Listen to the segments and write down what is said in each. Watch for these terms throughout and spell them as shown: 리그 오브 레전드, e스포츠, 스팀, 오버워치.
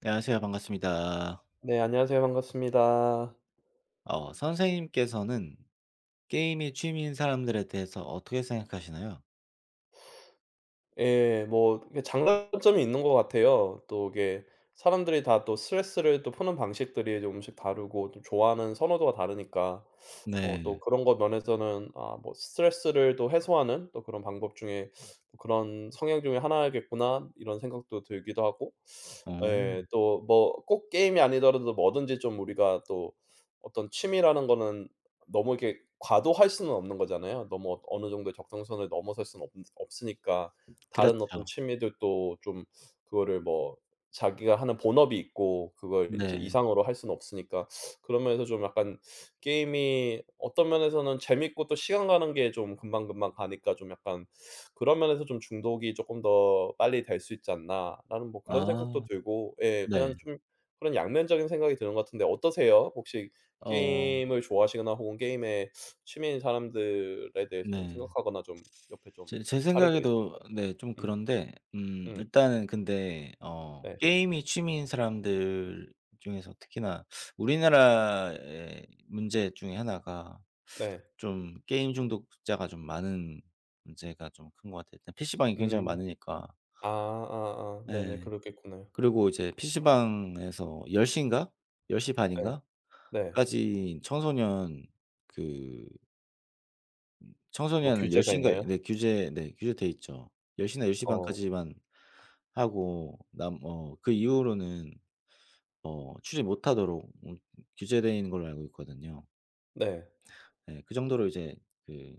네, 안녕하세요. 반갑습니다. 네 안녕하세요. 반갑습니다. 선생님께서는 게임이 취미인 사람들에 대해서 어떻게 생각하시나요? 예. 뭐 이게 장단점이 있는 것 같아요. 또 이게 사람들이 다 또 스트레스를 또 푸는 방식들이 조금씩 다르고 또 좋아하는 선호도가 다르니까 또 네. 그런 것 면에서는 아 뭐 '스트레스를 또 해소하는 또 그런 방법 중에 그런 성향 중에 하나겠구나.' 이런 생각도 들기도 하고 어. 예 또 뭐 꼭 게임이 아니더라도 뭐든지 좀 우리가 또 어떤 취미라는 거는 너무 이렇게 과도할 수는 없는 거잖아요. 너무 어느 정도의 적정선을 넘어설 수는 없 없으니까 다른 어떤 그렇죠. 취미들도 좀 그거를 뭐 자기가 하는 본업이 있고 그걸 이제 네. 이상으로 할 수는 없으니까 그런 면에서 좀 약간 게임이 어떤 면에서는 재밌고 또 시간 가는 게 좀 금방금방 가니까 좀 약간 그런 면에서 좀 '중독이 조금 더 빨리 될 수 있지 않나.'라는 뭐 그런 생각도 아, 들고 예 네. 그냥 좀 그런 양면적인 생각이 드는 것 같은데 어떠세요? 혹시 어, 게임을 좋아하시거나 혹은 게임에 취미인 사람들에 대해서 좀 네. 생각하거나 좀 옆에 좀 제 사례들이 생각에도, 있을까요? 네, 좀 음. 그런데, 음. 일단은 근데, 네. 게임이 취미인 사람들 중에서 특히나 우리나라의 문제 중에 하나가 네. 좀 게임 중독자가 좀 많은 문제가 좀 큰 것 같아요. 일단 PC방이 굉장히 음. 많으니까. 아 아아. 네네. 예. 그러겠구나요. 그리고 이제 PC방에서 1 0 인가 1 0 네. 반인가 네. 까지 청소년, 그 뭐 청소년은 1 규제가 0 인가, 있나요? 네, 규제 네, 규제돼 있죠. 1 0나1 0반 어. 까지만 하고, 남 어 그 이후로는 출입 못 하도록 규제되어 있는 걸로 알고 있거든요. 네. 예. 그 정도로 이제 그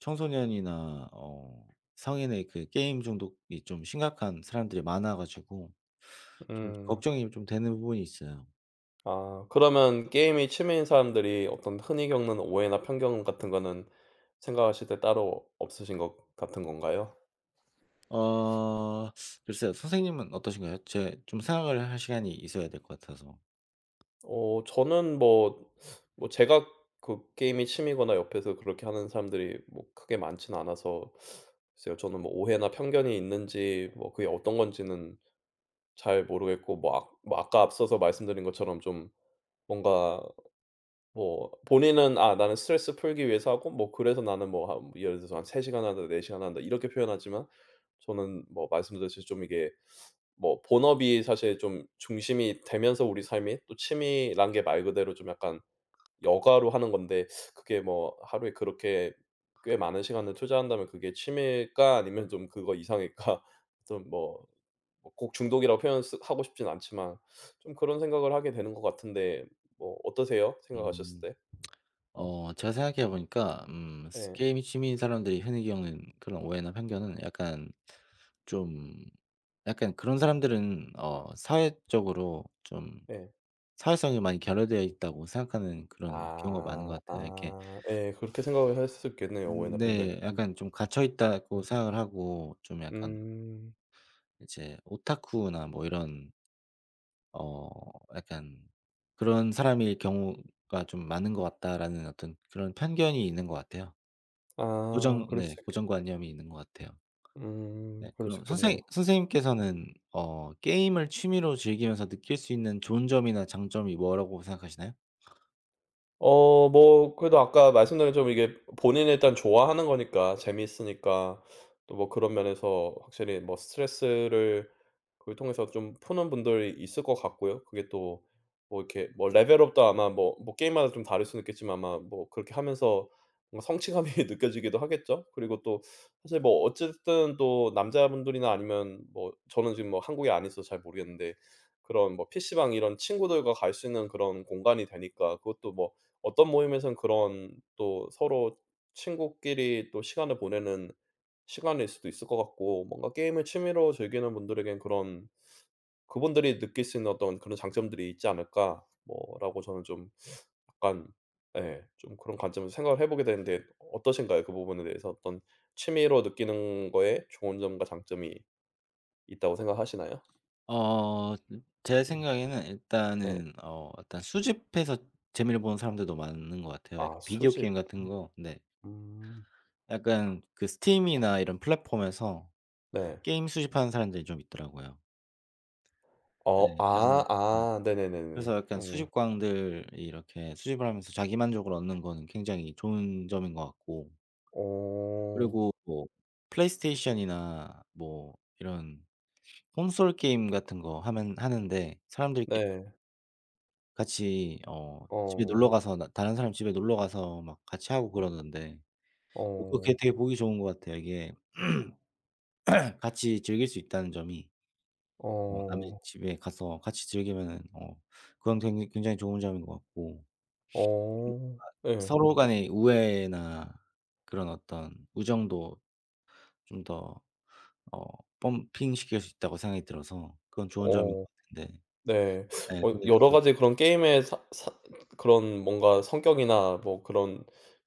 청소년이나 성인의 그 게임 중독이 좀 심각한 사람들이 많아 가지고 좀 음. 걱정이 좀 되는 부분이 있어요. 아 그러면 게임이 취미인 사람들이 어떤 흔히 겪는 오해나 편견 같은 거는 생각하실 때 따로 없으신 것 같은 건가요? 어 글쎄요. 선생님은 어떠신가요? 제 좀 생각을 할 시간이 있어야 될 것 같아서. 저는 뭐 뭐 제가 그 게임이 취미거나 옆에서 그렇게 하는 사람들이 뭐 크게 많진 않아서 글쎄요. 저는 뭐 오해나 편견이 있는지 뭐 그게 어떤 건지는 잘 모르겠고 뭐 아, 뭐 아까 앞서서 말씀드린 것처럼 좀 뭔가 뭐 본인은 '아 나는 스트레스 풀기 위해서 하고 뭐 그래서 나는 뭐 한 예를 들어서 한 3 시간 한다. 4 시간 한다.' 이렇게 표현하지만 저는 뭐 말씀드렸듯이 좀 이게 뭐 본업이 사실 좀 중심이 되면서 우리 삶이 또 취미란 게 말 그대로 좀 약간 여가로 하는 건데 그게 뭐 하루에 그렇게 꽤 많은 시간을 투자한다면 그게 취미일까 아니면 좀 그거 이상일까? 좀 뭐 뭐 꼭 중독이라고 표현 하고 싶진 않지만 좀 그런 생각을 하게 되는 것 같은데 뭐 어떠세요? 생각하셨을 음. 때? 음. 제가 생각해 보니까, 스 예. 게임 취미인 사람들이 흔히 겪는 그런 오해나 편견은, 약간 좀 약간 그런 사람들은 사회적으로 좀 예. 사회성이 많이 결여되어 있다고 생각하는 그런 경우가 많은 아. 것 같아요. 이렇게 아. 예. 그렇게 생각을 할 수 있겠네요. 오해나 편견이. 네, 약간 좀 갇혀 있다고 음. 생각을 하고, 좀 약간 음. 이제 오타쿠나 뭐 이런 어 약간 그런 사람일 경우가 좀 많은 것 같다라는, 어떤 그런 편견이 있는 것 같아요. 아 고정 그럴 네, 수 있겠 고정관념이 있는 것 같아요. 네, 그럴 수 그럼 있겠네요. 선생님께서는 게임을 취미로 즐기면서 느낄 수 있는 좋은 점이나 장점이 뭐라고 생각하시나요? 뭐 그래도 아까 말씀드린 좀 이게 본인이 일단 좋아하는 거니까 재미있으니까 또 뭐 그런 면에서 확실히 뭐 스트레스를 그걸 통해서 좀 푸는 분들이 있을 것 같고요. 그게 또 뭐 이렇게 뭐 레벨업도 아마 뭐 뭐 게임마다 좀 다를 수는 있겠지만 아마 뭐 그렇게 하면서 뭔가 성취감이 느껴지기도 하겠죠. 그리고 또 사실 뭐 어쨌든 또 남자분들이나 아니면 뭐 저는 지금 뭐 한국에 안 있어서 잘 모르겠는데 그런 뭐 PC방 이런 친구들과 갈 수 있는 그런 공간이 되니까 그것도 뭐 어떤 모임에선 그런 또 서로 친구끼리 또 시간을 보내는 시간일 수도 있을 것 같고 뭔가 게임을 취미로 즐기는 분들에겐 그런 그분들이 느낄 수 있는 어떤 그런 장점들이 있지 않을까 뭐 라고 저는 좀 약간 예 좀 그런 관점에서 생각을 해 보게 되는데 어떠신가요? 그 부분에 대해서 어떤 취미로 느끼는 거에 좋은 점과 장점이 있다고 생각하시나요? 어 제 음 생각에는, 네. 일단은 일단 수집해서 재미를 보는 사람들도 많은 것 같아요. 약간 아 비디오 게임 수집. 같은 거. 네. 음 약간 그 스팀이나 이런 플랫폼에서 네. 게임 수집하는 사람들이 좀 있더라고요. 어 네. 그래서. 아 네. 아 네네네네. 그래서 약간 어. 수집광들이 이렇게 수집을 하면서 자기 만족을 얻는 거는 굉장히 좋은 점인 것 같고, 어. 그리고 뭐 플레이스테이션이나 뭐 이런 콘솔 게임 같은 거 하면, 하는데 사람들끼리 네. 같이 집에 놀러 어. 가서, 나 다른 사람 집에 놀러 가서 막 같이 하고 그러던데, 그게 어. 되게 보기 좋은 것 같아요. 이게 같이 즐길 수 있다는 점이, 남의 어. 집에 가서 같이 즐기면은, 그건 굉 굉장히 좋은 점인 것 같고, 어. 예. 서로 간의 우애나 그런 어떤 우정도 좀 더 어 펌핑시킬 수 있다고 생각이 들어서, 그건 좋은 점인 것 어. 같은데. 네. 예. 어 저는 여러 가지 그런 게임의 사 사 그런 뭔가 성격이나 뭐 그런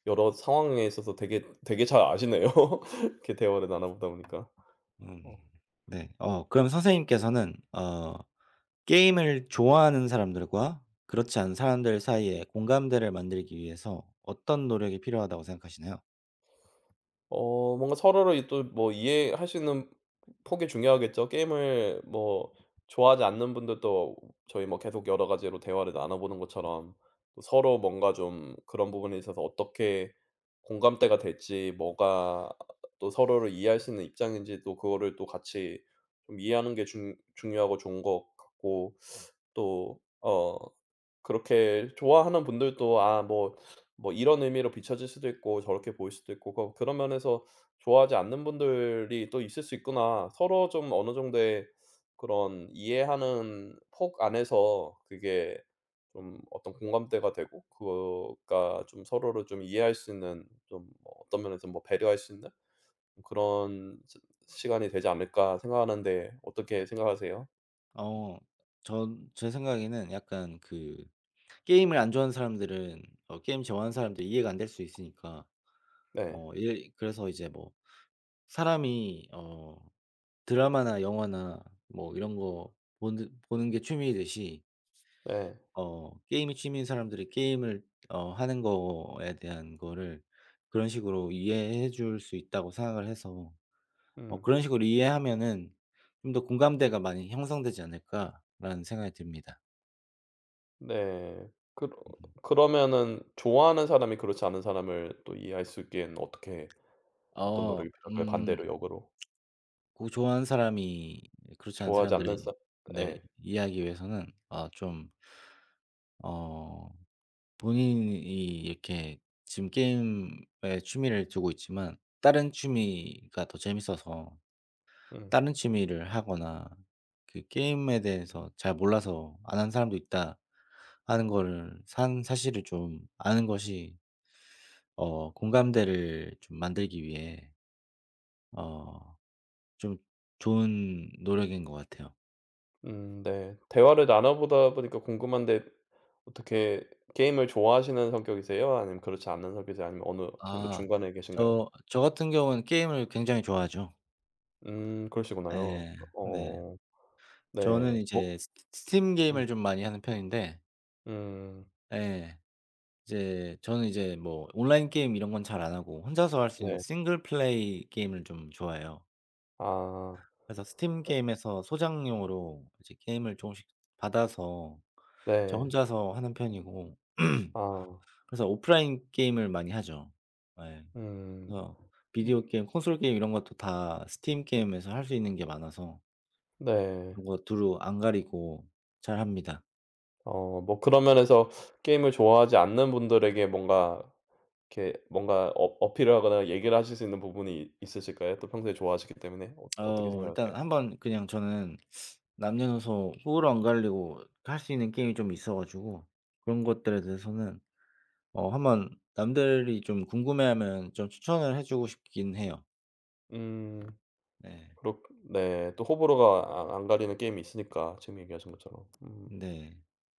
여러 상황에 있어서 되게 되게 잘 아시네요. 이렇게 대화를 나눠 보다 보니까. 음 어. 네. 그럼 선생님께서는 게임을 좋아하는 사람들과 그렇지 않은 사람들 사이에 공감대를 만들기 위해서 어떤 노력이 필요하다고 생각하시나요? 뭔가 서로를 또 뭐 이해할 수 있는 폭이 중요하겠죠. 게임을 뭐 좋아하지 않는 분들도 저희 뭐 계속 여러 가지로 대화를 나눠 보는 것처럼 또 서로 뭔가 좀 그런 부분에 있어서 어떻게 공감대가 될지 뭐가 또 서로를 이해할 수 있는 입장인지 또 그거를 또 같이 좀 이해하는 게 중 중요하고 좋은 것 같고 또어 그렇게 좋아하는 분들도 아 뭐 뭐 이런 의미로 비춰질 수도 있고 저렇게 보일 수도 있고 그 그런 면에서 좋아하지 않는 분들이 또 있을 수 있구나. 서로 좀 어느 정도의 그런 이해하는 폭 안에서 그게 좀 어떤 공감대가 되고 그거가 좀 서로를 좀 이해할 수 있는 좀뭐 어떤 면에서 뭐 배려할 수 있는 그런 시 시간이 되지 않을까 생각하는데 어떻게 생각하세요? 어 전 제 생각에는, 약간 그 게임을 안 좋아하는 사람들은 게임 좋아하는 사람들 이해가 안 될 수 있으니까, 네. 어 일 그래서 이제, 뭐 사람이 드라마나 영화나 뭐 이런 거 보는 게 취미이듯이, 네. 게임이 취미인 사람들이 게임을 하는 거에 대한 거를 그런 식으로 이해해 줄 수 있다고 생각을 해서, 음. 그런 식으로 이해하면은 좀 더 '공감대가 많이 형성되지 않을까.'라는 생각이 듭니다. 네. 음. 그러면은 좋아하는 사람이 그렇지 않은 사람을 또 이해할 수 있기에는 어떻게 어 어떤 노력이 필요할까요? 반대로 역으로. 곡 좋아하는 사람이 그렇지 않은 좋아하지 않는 사람들이, 사 네, 예. 이해하기 위해서는, 아좀어 본인이 이렇게 지금 게임에 취미를 두고 있지만 다른 취미가 더 재밌어서 음. 다른 취미를 하거나, 그 게임에 대해서 잘 몰라서 안 하는 사람도 있다 하는 거를, 산 사실을 좀 아는 것이 공감대를 좀 만들기 위해 어 좀 좋은 노력인 것 같아요. 네. 대화를 나눠보다 보니까 궁금한데 어떻게 게임을 좋아하시는 성격이세요? 아니면 그렇지 않는 성격이세요? 아니면 어느 정도 아, 중간에 계신가요? 저 같은 경우는 게임을 굉장히 좋아하죠. 그러시구나요. 예. 네. 어 저는 네. 뭐 이제 스 스팀 게임을 음 좀 많이 하는 편인데. 음 예. 이제 저는 이제 뭐 온라인 게임 이런 건 잘 안 하고, 혼자서 할 수 있는 네. 싱글 플레이 게임을 좀 좋아해요. 아. 그래서 스팀 게임에서 소장용으로 이제 게임을 조금씩 받아서 저 네. 혼자서 하는 편이고 아. 그래서 오프라인 게임을 많이 하죠. 예. 음. 그래서 비디오 게임, 콘솔 게임 이런 것도 다 스팀 게임에서 할 수 있는 게 많아서, 네. 그런 거 두루 안 가리고 잘합니다. 뭐 그런 면에서 게임을 좋아하지 않는 분들에게 뭔가 이렇게 뭔가 어필을 하거나 얘기를 하실 수 있는 부분이 있으실까요? 또 평소에 좋아하시기 때문에 어 어떻게 일단 생각하세요? 한번 그냥 저는 남녀노소 호불호 안 갈리고 할 수 있는 게임이 좀 있어 가지고, 그런 것들에 대해서는 한번 남들이 좀 궁금해하면 좀 추천을 해 주고 싶긴 해요. 음 네. 그렇 네. 또 호불호가 아 안안 가리는 게임이 있으니까 지금 얘기하신 것처럼. 네.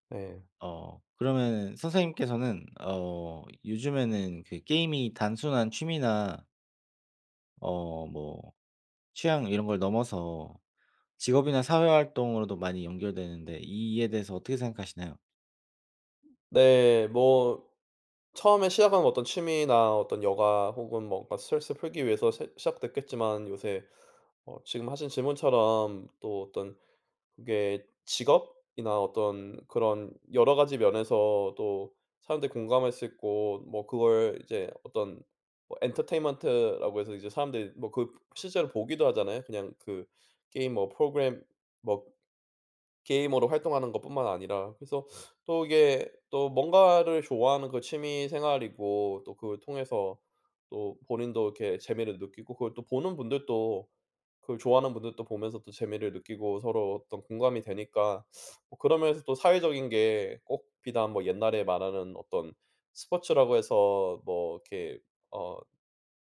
네. 그러면 선생님께서는 요즘에는 그 게임이 단순한 취미나 뭐 취향 이런 걸 넘어서 직업이나 사회 활동으로도 많이 연결되는데, 이에 대해서 어떻게 생각하시나요? 네 뭐 처음에 시작한 어떤 취미나 어떤 여가 혹은 뭔가 스트레스 풀기 위해서 시작됐겠지만 요새 지금 하신 질문처럼 또 어떤 그게 직업이나 어떤 그런 여러 가지 면에서도 사람들이 공감할 수 있고 뭐 그걸 이제 어떤 뭐 엔터테인먼트라고 해서 이제 사람들이 뭐 그 실제로 보기도 하잖아요. 그냥 그 게임 뭐 프로그램 뭐 게이머로 활동하는 것뿐만 아니라 그래서 또 이게 또 뭔가를 좋아하는 그 취미 생활이고 또 그걸 통해서 또 본인도 이렇게 재미를 느끼고 그걸 또 보는 분들도 그걸 좋아하는 분들도 보면서 또 재미를 느끼고 서로 어떤 공감이 되니까 뭐 그러면서 또 사회적인 게 꼭 비단 뭐 옛날에 말하는 어떤 스포츠라고 해서 뭐 이렇게 어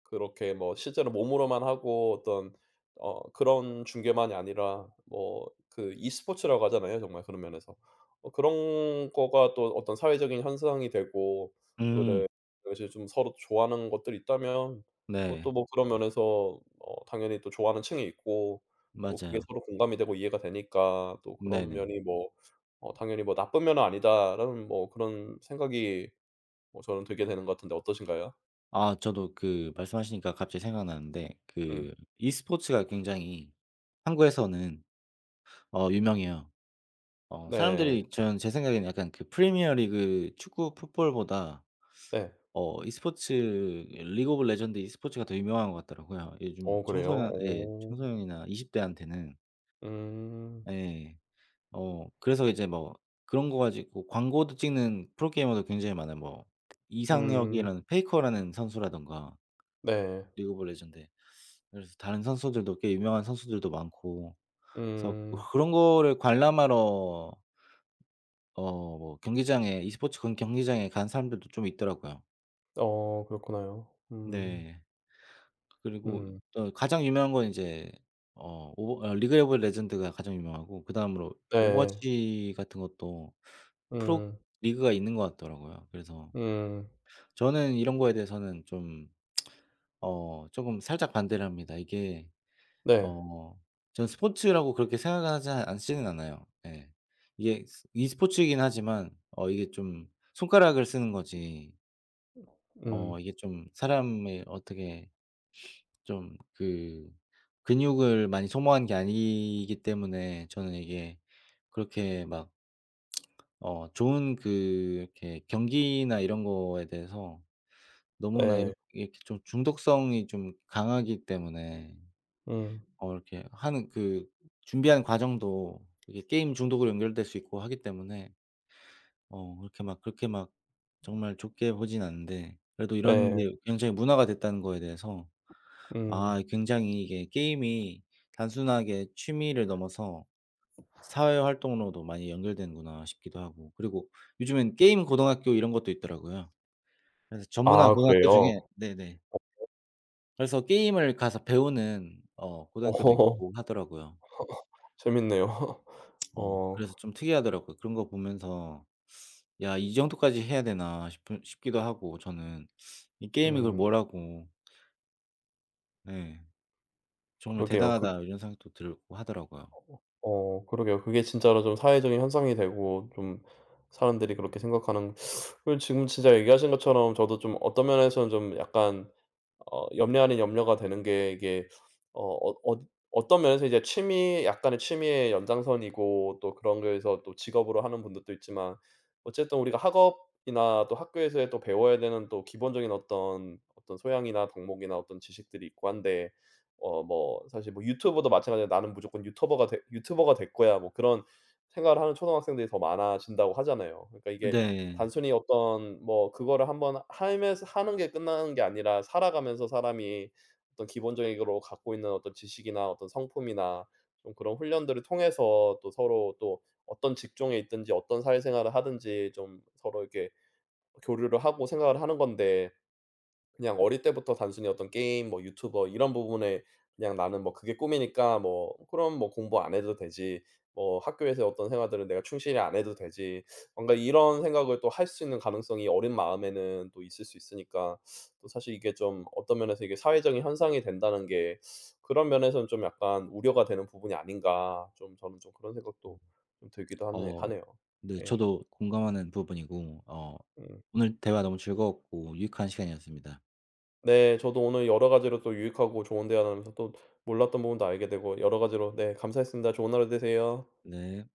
그렇게 뭐 실제로 몸으로만 하고 어떤 그런 중계만이 아니라 뭐 그 e스포츠라고 하잖아요 정말 그런 면에서. 어 그런 거가 또 어떤 사회적인 현상이 되고 그래 음. 그것이 좀 서로 좋아하는 것들이 있다면 그것도 네. 뭐 그런 면에서 어 당연히 또 좋아하는 층이 있고 또 그게 맞아요. 서로 공감이 되고 이해가 되니까 또 그런 네네. 면이 뭐 어 당연히 뭐 '나쁜 면은 아니다.'라는 뭐 그런 생각이 뭐 저는 들게 되는 것 같은데 어떠신가요? 아, 저도 그 말씀하시니까 갑자기 생각나는데, 음. 그 e스포츠가 굉장히 한국에서는 유명해요. 네. 사람들이, 저는 제 생각에는, 약간 그 프리미어 리그 축구 풋볼보다 네. E스포츠 리그 오브 레전드 e스포츠가 더 유명한 것 같더라고요. 요즘 어 그래요? 청소년 예, 어. 청소년이나 20 대한테는. 음. 예. 그래서 이제 뭐 그런 거 가지고 광고도 찍는 프로게이머도 굉장히 많아요. 뭐 음. 이상혁이라는, 페이커라는 선수라든가 네. 리그 오브 레전드. 그래서 다른 선수들도, 꽤 유명한 선수들도 많고, 그래서 음. 그런 거를 관람하러 뭐 경기장에, e스포츠 경 경기장에 간 사람들도 좀 있더라고요. 어 그렇구나요. 음. 네. 그리고 음. 가장 유명한 건 인제 어 오버 어 리그 오브 레전드가 가장 유명하고, 그다음으로 네. 오버워치 같은 것도 프로 음. 리그가 있는 것 같더라고요. 그래서 음. 저는 이런 거에 대해서는 좀 쪼금 살짝 반대를 합니다. 이게, 네. 어. 전 스포츠라고 그렇게 생각하지 않지는 않아요. 예. 이게 스 e스포츠이긴 하지만 이게 좀 손가락을 쓰는 거지, 음. 이게 좀 사람의 어떻게 좀 그 근육을 많이 소모한 게 아니기 때문에, 저는 이게 그렇게 막 좋은 그 이렇게 경기나 이런 거에 대해서 너무나 네. 이렇게 좀 중독성이 좀 강하기 때문에, 음. 이렇게 하는 그 준비하는 과정도 이게 게임 중독으로 연결될 수 있고 하기 때문에 그렇게 막 그렇게 막 정말 좋게 보진 않는데, 그래도 이런 네. 게 굉장히 문화가 됐다는 거에 대해서, 음. 아 굉장히 이게 게임이 단순하게 취미를 넘어서 사회 활동으로도 많이 연결되는구나 싶기도 하고, 그리고 요즘엔 게임 고등학교 이런 것도 있더라고요. 그래서 전문화 아 고등학교 그래요? 중에. 네네. 그래서 게임을 가서 배우는 어 고등학교도 있고 하더라고요. 재밌네요. 어. 그래서 좀 특이하더라고요. 그런 거 보면서 '야, 이 정도까지 해야 되나?' 싶은 싶기도 하고 저는. 이 게임이, 그걸 음. 뭐라고. 네. '정말 그러게요. 그 대단하다.' 이런 생각도 들고 하더라고요. 어 그러게요. 그게 진짜로 좀 사회적인 현상이 되고 좀 사람들이 그렇게 생각하는 그리고 지금 진짜 얘기하신 것처럼 저도 좀 어떤 면에서는 좀 약간 어 염려하는 염려가 되는 게 이게 어 어 어 어떤 면에서 이제 취미 약간의 취미의 연장선이고 또 그런 거에서 또 직업으로 하는 분들도 있지만 어쨌든 우리가 학업이나 또 학교에서 또 배워야 되는 또 기본적인 어떤 어떤 소양이나 덕목이나 어떤 지식들이 있고 한데 어 뭐 사실 뭐 유튜버도 마찬가지로 '나는 무조건 유튜버가 될 거야.' 뭐 그런 생각을 하는 초등학생들이 더 많아진다고 하잖아요. 그러니까 이게 네. 단순히 어떤 뭐 그거를 한번 하면서 하는 게 끝나는 게 아니라 살아가면서 사람이 어떤 기본적으로 갖고 있는 어떤 지식이나 어떤 성품이나 좀 그런 훈련들을 통해서 또 서로 또 어떤 직종에 있든지 어떤 사회생활을 하든지 좀 서로 이렇게 교류를 하고 생각을 하는 건데 그냥 어릴 때부터 단순히 어떤 게임 뭐 유튜버 이런 부분에 그냥 '나는 뭐 그게 꿈이니까 뭐 그럼 뭐 공부 안 해도 되지. 뭐 학교에서 어떤 생활들은 내가 충실히 안 해도 되지.' 뭔가 이런 생각을 또 할 수 있는 가능성이 어린 마음에는 또 있을 수 있으니까 또 사실 이게 좀 어떤 면에서 이게 '사회적인 현상이 된다는 게 그런 면에서는 좀 약간 우려가 되는 부분이 아닌가.' 좀 저는 좀 그런 생각도 좀 들기도 하네 어 하네요. 네, 예. 저도 공감하는 부분이고, 음. 오늘 대화 너무 즐거웠고 유익한 시간이었습니다. 네. 저도 오늘 여러 가지로 또 유익하고 좋은 대화 나누면서 또 몰랐던 부분도 알게 되고 여러 가지로 네 감사했습니다. 좋은 하루 되세요. 네.